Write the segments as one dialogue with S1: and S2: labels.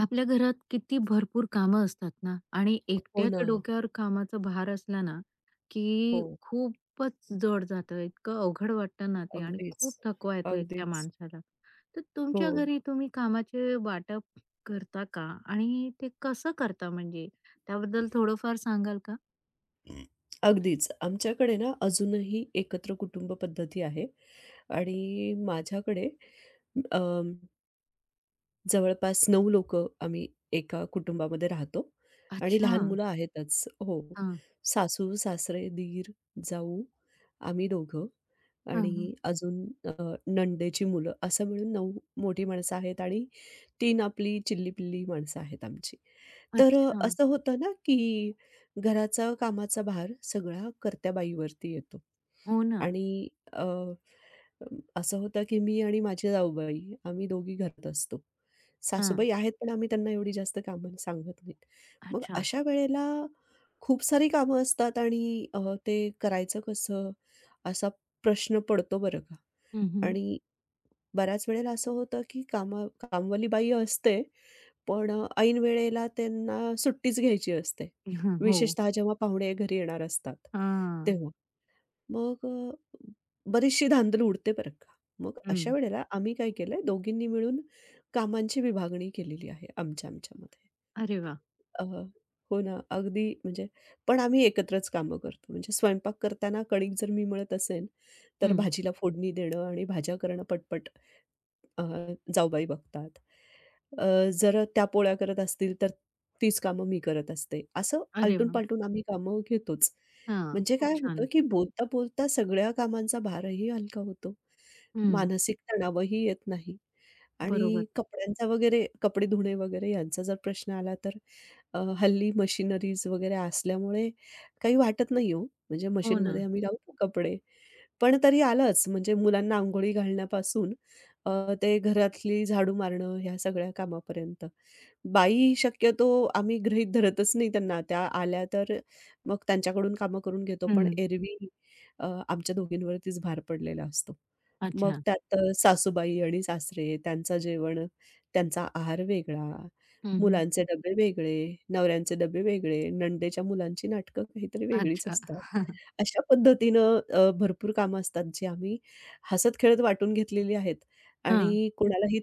S1: आपल्या घरात किती भरपूर कामं असतात ना, आणि
S2: हो ना.
S1: एकट्याच्या डोक्यावर कामाचा भार असला ना
S2: हो.
S1: की खूपच जड जातं, इतकं अवघड वाटतं ना ते, आणि
S2: अगदीच,
S1: खूप थकवा येतो एकट्या
S2: अगदीच.
S1: माणसाला. तर
S2: हो.
S1: तुमच्या घरी तुम्ही कामाचे वाटप करता का, आणि ते कसं करता, म्हणजे त्याबद्दल थोडंफार सांगाल का?
S2: हं. अगदीच. आमच्याकडे ना अजूनही एकत्र कुटुंब पद्धती आहे आणि माझ्याकडे अ जवळपास 9 लोक आम्ही एका कुटुंबामध्ये राहतो आणि
S1: अच्छा.
S2: लहान मुलं आहेतच. हो.
S1: हां
S2: सासू, सासरे, दीर, जाऊ, आम्ही दोघं
S1: हां हां.
S2: आणि अजून अ, नणंदेची मुलं असं मिळून 9 मोठी माणसं आहेत आणि 3 आपली चिल्ली-पिल्ली माणसं आहेत आमची. तर
S1: अच्छा.
S2: असं होतं ना, की घराचा कामाचा भार सगळा कर्त्या बाईवरती येतो
S1: हो ना.
S2: आणि अ, अम, असं होतं, की मी आणि माझी जाऊबाई आम्ही दोघी घरात असतो.
S1: हां.
S2: सासूबाई आहेत, पण आम्ही त्यांना एवढी जास्त कामं सांगत नाहीत. मग
S1: अच्छा.
S2: अशा वेळेला खूप सारी कामं असतात आणि ते करायचं कसं? असा प्रश्न पडतो बरं का.
S1: हम्म, हम्म.
S2: आणि बऱ्याच वेळेला असं होतं, की कामवाली बाई असते, पण ऐन वेळेला त्यांना सुट्टीच घ्यायची असते.
S1: हो.
S2: विशेषतः जेव्हा पाहुणे घरी येणार असतात,
S1: हां.
S2: तेव्हा. मग बरीचशी धांदल उडते बरं का. मग अशा
S1: हम्म.
S2: वेळेला आम्ही काय केलंय दोघींनी मिळून कामांची विभागणी केलेली आहे आमच्यामध्ये.
S1: अरे वा.
S2: अ, हो ना, अगदी म्हणजे पण आम्ही एकत्रच कामं करतो. म्हणजे स्वयंपाक करताना कणिक जर मी मळत असेन, तर
S1: हम्म.
S2: भाजीला फोडणी देणं आणि भाज्या करणं पटपट. अ, जाऊबाई बघतात. अ, जर त्या पोळ्या करत असतील, तर तीच कामं मी करत असते. असं
S1: अरे वा.
S2: आलटून-पालटून आम्ही कामं घेतोच.
S1: हां,
S2: म्हणजे
S1: खूप
S2: काय होतं,
S1: छान.
S2: की बोलता-बोलता सगळ्या कामांचा भारही हलका होतो.
S1: हं,
S2: मानसिक तणावही येत नाही आणि
S1: बरोबर.
S2: कपड्यांचा वगैरे कपडे धुणे वगैरे यांचा जर प्रश्न आला, तर हल्ली मशिनरीज वगैरे असल्यामुळे काही वाटत नाही हो. म्हणजे
S1: हो ना.
S2: मशीनमध्ये आम्ही लावतो कपडे. पण तरी आलंच म्हणजे मुलांना अंघोळी घालण्यापासून ते घरातली झाडू मारणं ह्या सगळ्या कामापर्यंत. बाई शक्यतो आम्ही गृहीत धरतच नाही त्यांना. त्या आल्या तर मग त्यांच्याकडून कामं करून घेतो. पण
S1: हं.
S2: एरवी आमच्या दोघींवरतीच भार पडलेला असतो. मग
S1: अच्छा.
S2: त्यात सासूबाई आणि सासरे, त्यांचं जेवण, त्यांचा आहार वेगळा,
S1: हं, हं.
S2: मुलांचे डबे वेगळे, नवऱ्यांचे डबे वेगळे, नणंदेच्या मुलांची नाटकं काहीतरी वेगळीच
S1: अच्छा.
S2: असतात. अशा पद्धतीनं भरपूर कामं असतात, जी आम्ही हसत-खेळत वाटून घेतलेली आहेत.
S1: हां.
S2: आणि कोणालाही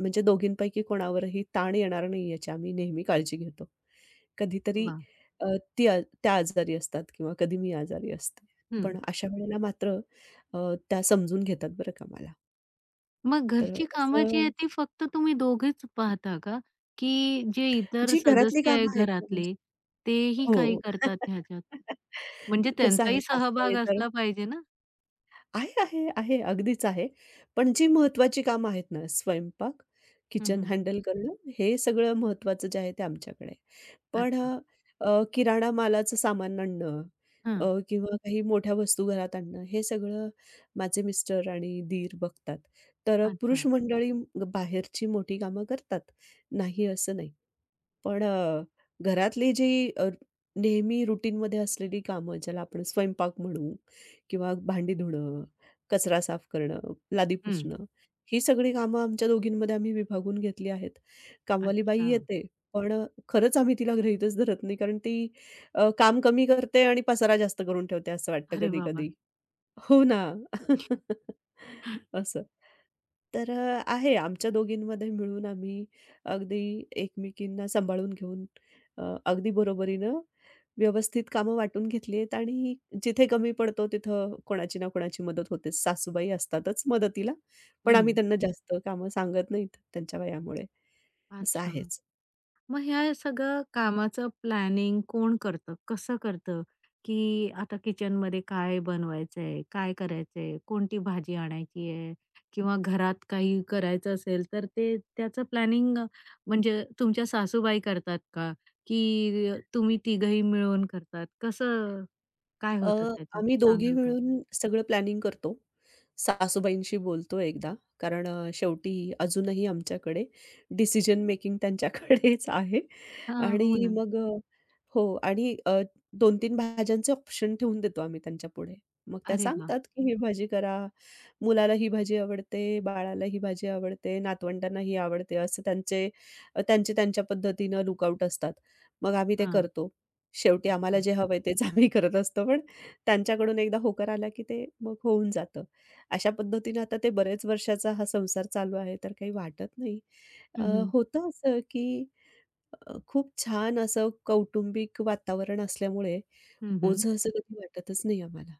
S2: म्हणजे दोघींपैकी कोणावरही ताण येणार नाही याची आम्ही नेहमी काळजी घेतो. कधीतरी
S1: वाह!
S2: अ, त्या आजारी असतात किंवा कधी मी आजारी असते.
S1: हं.
S2: पण अशा वेळेला मात्र अ, त्या समजून घेतात बरं का मला.
S1: मग
S2: तर
S1: घरची कामं जी
S2: असं
S1: आहेत ती फक्त तुम्ही दोघेच पाहता का? की जे इतर
S2: जी घरातली
S1: सदस्य आहे
S2: कामं आहेत ना म्हणजे
S1: घरातले, तेही काही
S2: हो.
S1: करतात ह्याच्यात? म्हणजे
S2: कसं आहे
S1: त्यांचाही सहभाग
S2: सासरे तर
S1: असला पाहिजे ना?
S2: आहे, आहे, आहे. अगदीच आहे. पण जी महत्त्वाची कामं आहेत ना, स्वयंपाक,
S1: हं,
S2: किचन
S1: हं.
S2: हँडल करणं, हे सगळं महत्त्वाचं जे आहे ते आमच्याकडे आहे. पण
S1: अच्छा.
S2: अ, अ, किराणा मालाचं सामान आणणं
S1: हां.
S2: किंवा काही मोठ्या वस्तू घरात आणणं, हे सगळं माझे मिस्टर आणि दीर बघतात. तर
S1: अच्छा.
S2: पुरुष मंडळी बाहेरची मोठी कामं करतात, नाही असं नाही. पण घरातली जी अ, नेहमी रुटीनमध्ये असलेली कामं, ज्याला आपण स्वयंपाक म्हणू किंवा भांडी धुणं, कचरा साफ करणं, लादी
S1: हं.
S2: पुसणं, ही सगळी कामं आमच्या दोघींमध्ये आम्ही विभागून घेतली आहेत. कामवाली बाई
S1: अच्छा.
S2: येते, पण खरंच आम्ही तिला गृहीतच धरत नाही, कारण ती काम कमी करते आणि पसारा जास्त करून ठेवते असं वाटतं
S1: अरे वाह, वाह!
S2: कधी-कधी. हो ना. असं. तर आहे आमच्या दोघींमध्ये मिळून आम्ही अगदी एकमेकींना सांभाळून घेऊन अगदी बरोबरीनं व्यवस्थित कामं वाटून घेतली आहेत आणि जिथे कमी पडतो तिथं कोणाची ना कोणाची मदत होते, सासूबाई असतातच मदतीला, पण आम्ही त्यांना जास्त कामं सांगत नाहीत त्यांच्या वयामुळे, असं
S1: अच्छा.
S2: आहेच.
S1: मग ह्या सगळं कामाचं प्लॅनिंग कोण करतं? कसं करतं? की आता किचनमध्ये काय बनवायचंय? काय करायचंय? कोणती भाजी आणायची आहे? किंवा घरात काही करायचं असेल तर ते त्याचं प्लॅनिंग, म्हणजे तुमच्या सासूबाई करतात का? की तुम्ही तिघंही मिळून करतात? कसं काय
S2: अ,
S1: होतं त्याच्यात
S2: आम्ही दोघी
S1: सांगाल का?
S2: मिळून सगळं प्लॅनिंग करतो. सासूबाईंशी बोलतो एकदा, कारण शेवटी अजूनही आमच्याकडे डिसिजन मेकिंग त्यांच्याकडेच आहे
S1: हां, हो
S2: आणि
S1: ना.
S2: मग हो आणि 2-3 भाज्यांचे ऑप्शन ठेवून देतो आम्ही त्यांच्यापुढे. मग त्या
S1: अरे वाह!
S2: सांगतात, की "ही भाजी करा." मुलाला ही भाजी आवडते, बाळाला ही भाजी आवडते, नातवंडांना ही आवडते, असे त्यांचे त्यांचे त्यांच्या पद्धतीनं लूकआउट असतात. मग आम्ही ते
S1: हां,
S2: करतो. शेवटी आम्हाला
S1: अच्छा.
S2: जे हवंय तेच आम्ही करत असतो पण त्यांच्याकडून एकदा होकार आला, की ते मग होऊन जातं. अशा पद्धतीने आता ते बरेच वर्षाचा हा संसार चालू आहे, तर काही वाटत नाही.
S1: हं,
S2: अ,
S1: हं.
S2: होतं असं, की खूप छान असं कौटुंबिक वातावरण असल्यामुळे ओझं असं कधी वाटतच नाही आम्हाला.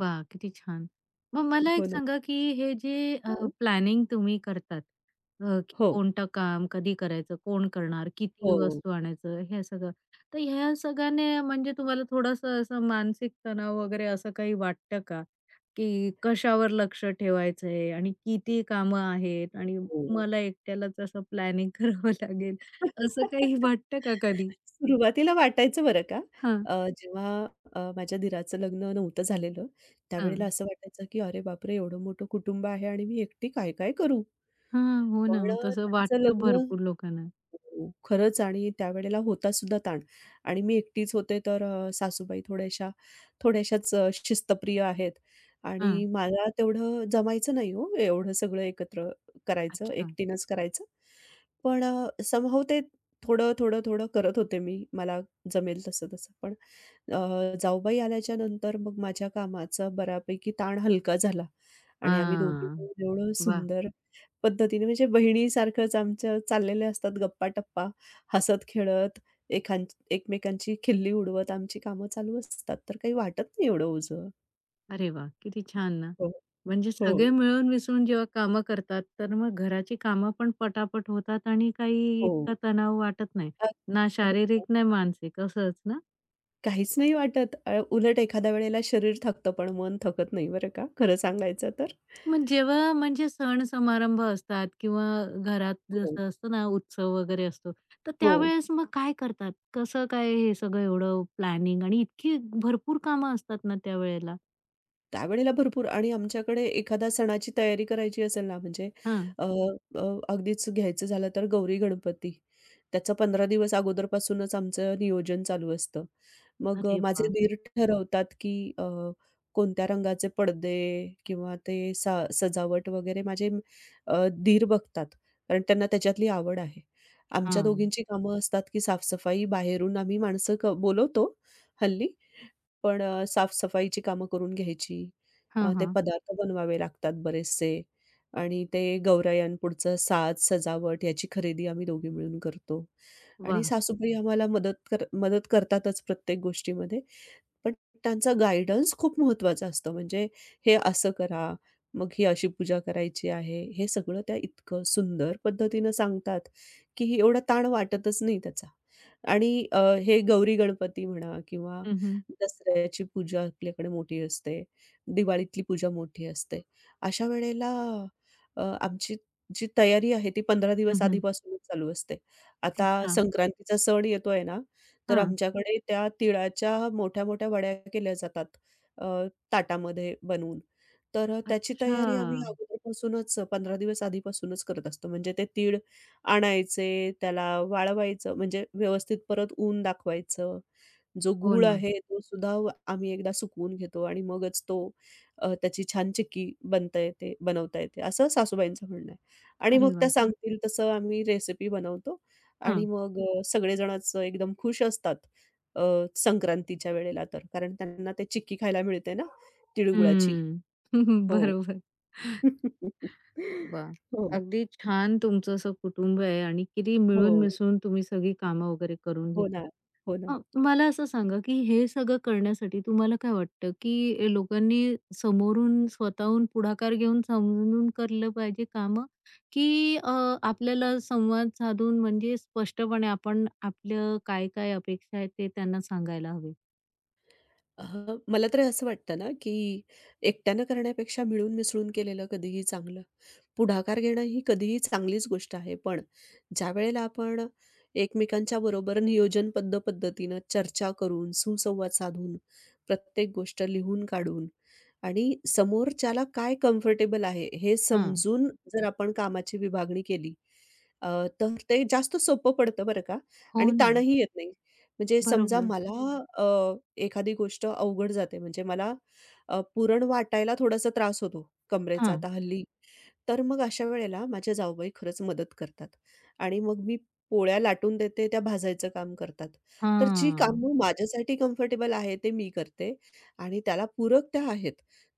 S1: वा, किती छान. मग मला
S2: हो
S1: एक
S2: ना.
S1: सांगा, की हे जे
S2: हां.
S1: प्लॅनिंग तुम्ही करतात, की
S2: हो,
S1: कोणतं काम कधी करायचं, कोण करणार, किती
S2: हो,
S1: वस्तू आणायचं, हे सगळं. तर ह्या सगळ्याने म्हणजे तुम्हाला थोडंसं असं मानसिक तणाव वगैरे असं काही वाटतं का? की कशावर लक्ष ठेवायचं आहे आणि किती कामं आहेत, आणि
S2: हो.
S1: मला एकट्यालाच असं प्लॅनिंग करावं लागेल, असं काही वाटतं का कधी?
S2: सुरुवातीला वाटायचं बरं का.
S1: हां,
S2: जेव्हा माझ्या दीराचं लग्न नव्हतं झालेलं, त्यावेळेला
S1: हां.
S2: असं वाटायचं, की "अरे बापरे! एवढं मोठं कुटुंब आहे आणि मी एकटी काय-काय करू?"
S1: हां, हो ना.
S2: पण
S1: तसं
S2: त्यांचं
S1: वाटतं
S2: लग्न
S1: भरपूर लोकांना.
S2: हो, खरंच आणि त्यावेळेला होता सुद्धा ताण आणि मी एकटीच होते तर सासूबाई थोड्याशाच शिस्तप्रिय आहेत आणि
S1: हां,
S2: मला तेवढं जमायचं नाही हो, एवढं सगळं एकत्र करायचं,
S1: अच्छा.
S2: एकटीनंच करायचं. पण ते थोडं करत होते मी. मला जमेल तसं-तसं पण जाऊबाई आल्याच्या नंतर मग माझ्या कामाचा बऱ्यापैकी ताण हलका झाला आणि आम्ही दोघी
S1: हां.
S2: मिळून एवढं
S1: वा,
S2: सुंदर पद्धतीने म्हणजे बहिणीसारखंच आमच्या चाललेल्या असतात गप्पा-टप्पा, हसत-खेळत, एखां एकमेकांची खिल्ली उडवत आमची कामं चालू असतात. तर काही वाटत नाही एवढं ओझं.
S1: अरे वा, किती छान ना.
S2: हो,
S1: म्हणजे
S2: हो.
S1: सगळे मिळून मिसळून जेव्हा कामं करतात, तर मग घराची कामं पण पटापट होतात आणि काही
S2: हो.
S1: इतका तणाव वाटत नाही.
S2: अ,
S1: ना
S2: हो,
S1: शारीरिक,
S2: हो.
S1: ना मानसिक असंच ना?
S2: काहीच नाही वाटत. उलट एखाद्या वेळेला शरीर थकतं, पण मन थकत नाही बरं का, खरं सांगायचं तर.
S1: मग जेव्हा म्हणजे सण समारंभ असतात, किंवा घरात
S2: हो,
S1: जसं असतं ना, उत्सव वगैरे असतो, तर
S2: हो.
S1: त्यावेळेस मग काय करतात? कसं काय हे सगळं एवढं प्लॅनिंग, आणि इतकी भरपूर कामं असतात ना त्यावेळेला?
S2: त्यावेळेला भरपूर आणि आमच्याकडे एखाद्या सणाची तयारी करायची असेल ना, म्हणजे
S1: हां.
S2: अ, अ, अगदीच घ्यायचं झालं तर गौरी गणपती, त्याचं 15 दिवस अगोदरपासूनच आमचं नियोजन चालू असतं. मग
S1: अरे
S2: माझे
S1: वाह!
S2: दीर ठरवतात की कोणत्या रंगाचे पडदे किंवा ते सा सजावट वगैरे माझे दीर बघतात, कारण त्यांना त्याच्यातली आवड आहे. आमच्या
S1: हां.
S2: दोघींची कामं असतात की साफसफाई बाहेरून आम्ही माणसं बोलवतो हल्ली. पण साफ-सफाईची कामं करून घ्यायची.
S1: हां,
S2: ते
S1: हां.
S2: पदार्थ बनवावे लागतात बरेचसे आणि ते गौरायांपुढचं साज, सजावट याची खरेदी आम्ही दोघे मिळून करतो आणि
S1: वाह!
S2: सासूबाई आम्हाला मदत करतातच प्रत्येक गोष्टीमध्ये. पण त्यांचा गाईडन्स खूप महत्त्वाचा असतो. म्हणजे हे असं करा, मग ही अशी पूजा करायची आहे. हे सगळं त्या इतकं सुंदर पद्धतीनं सांगतात, की एवढा ताण वाटतच नाही त्याचा. आणि हे गौरी-गणपती म्हणा किंवा
S1: हं, हं.
S2: दसऱ्याची पूजा आपल्याकडे मोठी असते. दिवाळीतली पूजा मोठी असते. अशा वेळेला आमची जी तयारी आहे ती 15 दिवस आधीपासूनच चालू असते. आता
S1: अच्छा.
S2: संक्रांतीचा सण येतोय ना, तर
S1: हां.
S2: आमच्याकडे त्या तिळाच्या मोठ्या-मोठ्या वड्या केल्या जातात अ, ताटामध्ये बनवून. तर त्याची तयारी आम्ही
S1: अच्छा.
S2: अगोदरपासूनच 15 दिवस आधीपासूनच करत असतो. म्हणजे ते तीळ आणायचे, त्याला वाळवायचं म्हणजे व्यवस्थित परत ऊन दाखवायचं. जो
S1: हो
S2: गूळ
S1: ना.
S2: आहे तो सुद्धा आम्ही एकदा सुकवून घेतो आणि मगच तो त्याची छान बनवता येते, असं सासूबाईंचं म्हणणं आहे. आणि
S1: अरे
S2: मग त्या
S1: वाह!
S2: सांगतील तसं आम्ही रेसिपी बनवतो आणि
S1: हां.
S2: मग सगळेजणच एकदम खुश असतात अ, संक्रांतीच्या वेळेला तर. कारण त्यांना ते चिक्की खायला मिळते ना तिळगुळाची.
S1: हं.
S2: हो.
S1: बरोबर. वाह!
S2: हो,
S1: अगदी छान तुमचं असं कुटुंब आहे, आणि किती मिळून
S2: हो.
S1: मिसळून तुम्ही सगळी कामं वगैरे करून
S2: हो
S1: घेता.
S2: ना, हो ना.
S1: अ, मला असं सांगा, की हे सगळं करण्यासाठी तुम्हाला काय वाटतं, की लोकांनी समोरून स्वतःहून पुढाकार घेऊन समजून केलं पाहिजे कामं, की आपल्याला संवाद साधून म्हणजे स्पष्टपणे आपण आपलं काय-काय अपेक्षा आहे ते त्यांना सांगायला हवे?
S2: हां, मला तर असं वाटतं ना, की एकट्यानं करण्यापेक्षा मिळून मिसळून केलेलं कधीही चांगलं. पुढाकार घेणं ही कधीही चांगलीच गोष्ट आहे. पण ज्यावेळेला आपण एकमेकांच्या बरोबर नियोजनबद्ध पद्धतीनं चर्चा करून, सुसंवाद साधून, प्रत्येक गोष्ट लिहून काढून आणि समोरच्याला काय कम्फर्टेबल आहे हे
S1: हां.
S2: समजून जर आपण कामाची विभागणी केली, अ, तर ते जास्त सोपं पडतं बरं का
S1: हो
S2: आणि
S1: ना.
S2: ताणही येत नाही. म्हणजे समजा
S1: बरोबर.
S2: मला अ, एखादी गोष्ट अवघड जाते म्हणजे मला पुरण वाटायला थोडासा त्रास होतो, कमरेचा.
S1: हां.
S2: आता हल्ली तर मग अशा वेळेला माझ्या जाऊबाई खरंच मदत करतात आणि मग मी पोळ्या लाटून देते, त्या भाजायचं काम करतात. तर जी
S1: हां.
S2: कामं माझ्यासाठी कम्फर्टेबल आहे ते मी करते आणि त्याला पूरक त्या आहेत,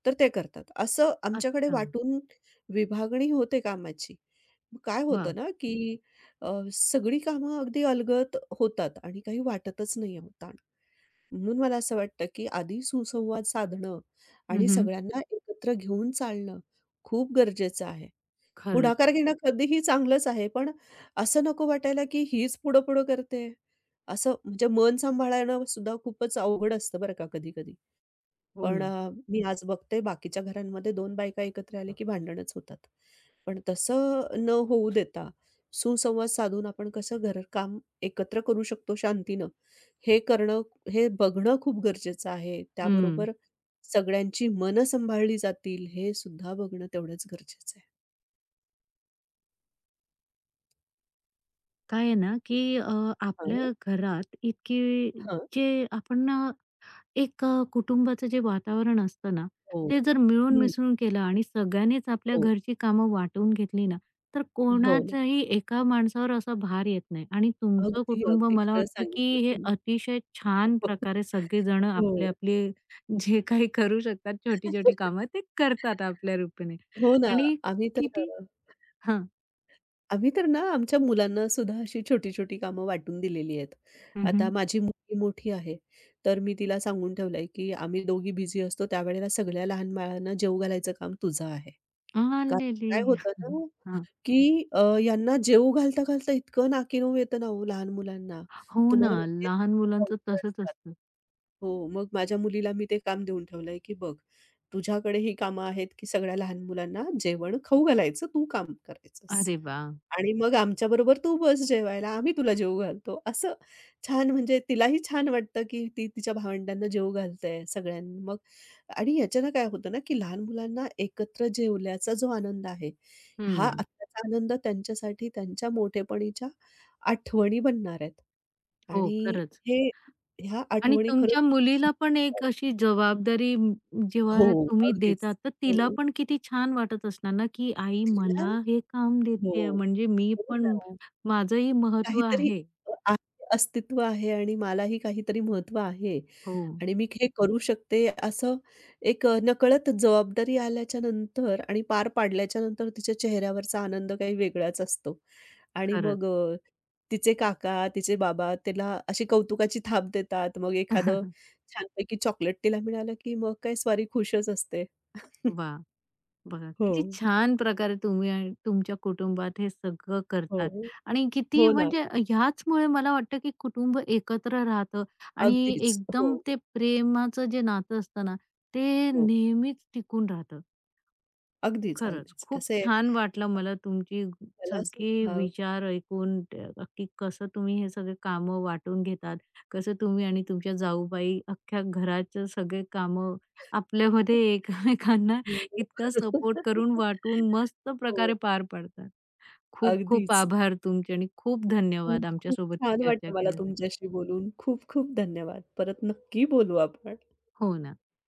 S2: तर ते करतात. असं आमच्याकडे
S1: अच्छा.
S2: वाटून विभागणी होते कामाची. मग काय होतं
S1: वाह!
S2: ना, की सगळी कामं अगदी अलगद होतात आणि काही वाटतच नाही आहे ताण. म्हणून मला असं वाटतं, की आधी सुसंवाद साधणं
S1: हं,
S2: आणि
S1: हं.
S2: सगळ्यांना एकत्र घेऊन चालणं खूप गरजेचं आहे.
S1: खरंच.
S2: पुढाकार घेणं कधीही चांगलंच आहे, पण असं नको वाटायला, की हीच पुढं-पुढं करते. असं म्हणजे मन सांभाळणं सुद्धा खूपच अवघड असतं बरं का कधी-कधी.
S1: हो
S2: पण
S1: ना.
S2: मी आज बघते बाकीच्या घरांमध्ये दोन बायका एकत्र आल्या, की भांडणच होतात. पण तसं न होऊ देता सुसंवाद साधून आपण कसं घरकाम एकत्र करू शकतो शांतीनं, हे करणं हे बघणं खूप गरजेचं आहे.
S1: हं.
S2: त्याबरोबर सगळ्यांची मनं सांभाळली जातील हे सुद्धा बघणं तेवढंच गरजेचं आहे.
S1: काय आहे ना, की आपल्या घरात इतकी
S2: हो.
S1: जे आपण ना एक कुटुंबाचं जे वातावरण असतं ना,
S2: हो.
S1: ते जर मिळून
S2: हं.
S1: मिसळून केलं आणि सगळ्यांनीच आपल्या
S2: हो.
S1: घरची कामं वाटून घेतली ना, तर
S2: हो ना.
S1: कोणाच्याही एका माणसावर असा भार येत नाही, आणि तुमचं
S2: अगदी,
S1: कुटुंब
S2: अगदी
S1: मला
S2: खरं
S1: वाटतं, की
S2: सांगितलं
S1: हे
S2: तुम्ही.
S1: अतिशय छान प्रकारे सगळेजण आपले
S2: हो.
S1: आपले जे काही करू शकतात छोटी-छोटी कामं ते करतात आपल्या रूपाने,
S2: हो हो ना.
S1: आणि
S2: आम्ही तर
S1: किती
S2: अ,
S1: हां.
S2: आम्ही तर ना आमच्या मुलांना सुद्धा अशी छोटी-छोटी कामं वाटून दिलेली आहेत.
S1: हं,
S2: आता
S1: हं.
S2: माझी मुलगी मोठी आहे, तर मी तिला सांगून ठेवलंय, की आम्ही दोघी बिझी असतो त्यावेळेला सगळ्या लहान बाळांना जेवू घालायचं काम तुझं आहे. कारण
S1: आलेली.
S2: काय होतं ना की यांना जेवू घालता-घालता इतकं नाकीनऊ येतं ना हो लहान मुलांना.
S1: हो ना,
S2: तुम्हाला माहिती आहे
S1: लहान
S2: खूप
S1: मुलांचं
S2: अवघड
S1: तसंच
S2: असतात.
S1: असतं.
S2: हो, मग माझ्या मुलीला मी ते काम देऊन ठेवलंय, की बघ तुझ्याकडे ही कामं आहेत, की सगळ्या लहान मुलांना जेवण खाऊ घालायचं, तू काम करायचंस.
S1: अरे वाह!
S2: आणि मग आमच्याबरोबर तू बस जेवायला, आम्ही तुला जेवू घालतो. असं छान म्हणजे तिलाही छान वाटतं, की ती तिच्या भावंडांना जेवू घालते सगळ्यांना. मग आणि याच्यानं काय होतं ना, की लहान मुलांना एकत्र जेवल्याचा जो आनंद आहे, हा
S1: हं.
S2: आत्ताचा आनंद त्यांच्यासाठी त्यांच्या मोठेपणीच्या आठवणी बनणार आहेत.
S1: हो,
S2: आणि
S1: खरंच.
S2: हे ह्या
S1: आणि
S2: आठवणी खरंच
S1: तुमच्या
S2: खूप
S1: मुलीला
S2: सुंदर
S1: पण
S2: असतात.
S1: एक अशी जबाबदारी
S2: हो,
S1: जेव्हा तुम्ही
S2: अगदीच.
S1: देता, तर तिला
S2: हो.
S1: पण किती छान वाटत असणार ना, की आई
S2: तिला
S1: मला हे काम
S2: हो.
S1: देतेय, म्हणजे मी
S2: हो
S1: पण
S2: ना.
S1: माझंही महत्व
S2: काहीतरी
S1: आहे.
S2: आहे, अस्तित्व आहे आणि मलाही काहीतरी महत्त्व आहे
S1: हो,
S2: आणि मी हे करू शकते असं एक नकळत जबाबदारी आल्याच्या नंतर आणि पार पाडल्याच्या नंतर तिच्या चेहऱ्यावरचा आनंद काही वेगळाच असतो आणि
S1: खरंच.
S2: मग तिचे काका, तिचे बाबा तिला अशी कौतुकाची थाप देतात. मग एखादं छानपैकी चॉकलेट तिला मिळालं, की मग काय स्वारी खुशच असते.
S1: वाह! बघा
S2: हो,
S1: किती छान प्रकारे तुम्ही आणि तुमच्या कुटुंबात हे सगळं करतात,
S2: हो.
S1: आणि किती
S2: हो ना.
S1: म्हणजे ह्याचमुळे मला वाटतं, की कुटुंब एकत्र राहतं आणि
S2: अगदीच. हो,
S1: एकदम ते प्रेमाचं जे नातं असतं ना, ते
S2: हो.
S1: नेहमीच टिकून राहतं.
S2: अगदीच,
S1: खरंच
S2: अगदीच.
S1: खूप
S2: कसं आहे,
S1: छान वाटलं मला तुमची
S2: मला
S1: सगळे
S2: सुद्धा
S1: विचार ऐकून की कसं तुम्ही हे सगळे कामं वाटून घेतात, कसं तुम्ही आणि तुमच्या जाऊबाई अख्ख्या घराचे सगळे कामं आपल्यामध्ये एकमेकांना
S2: हो, हो.
S1: इतका सपोर्ट करून वाटून मस्त
S2: हो,
S1: प्रकारे पार पाडतात. खूप खूप
S2: अगदीच.
S1: आभार तुमचे, आणि खूप
S2: खूप
S1: धन्यवाद
S2: खूप
S1: आमच्यासोबत ही
S2: छान
S1: चर्चा
S2: वाटलं मला
S1: केल्यासाठी.
S2: तुमच्याशी बोलून. खूप खूप धन्यवाद. परत नक्की बोलू आपण.
S1: हो ना.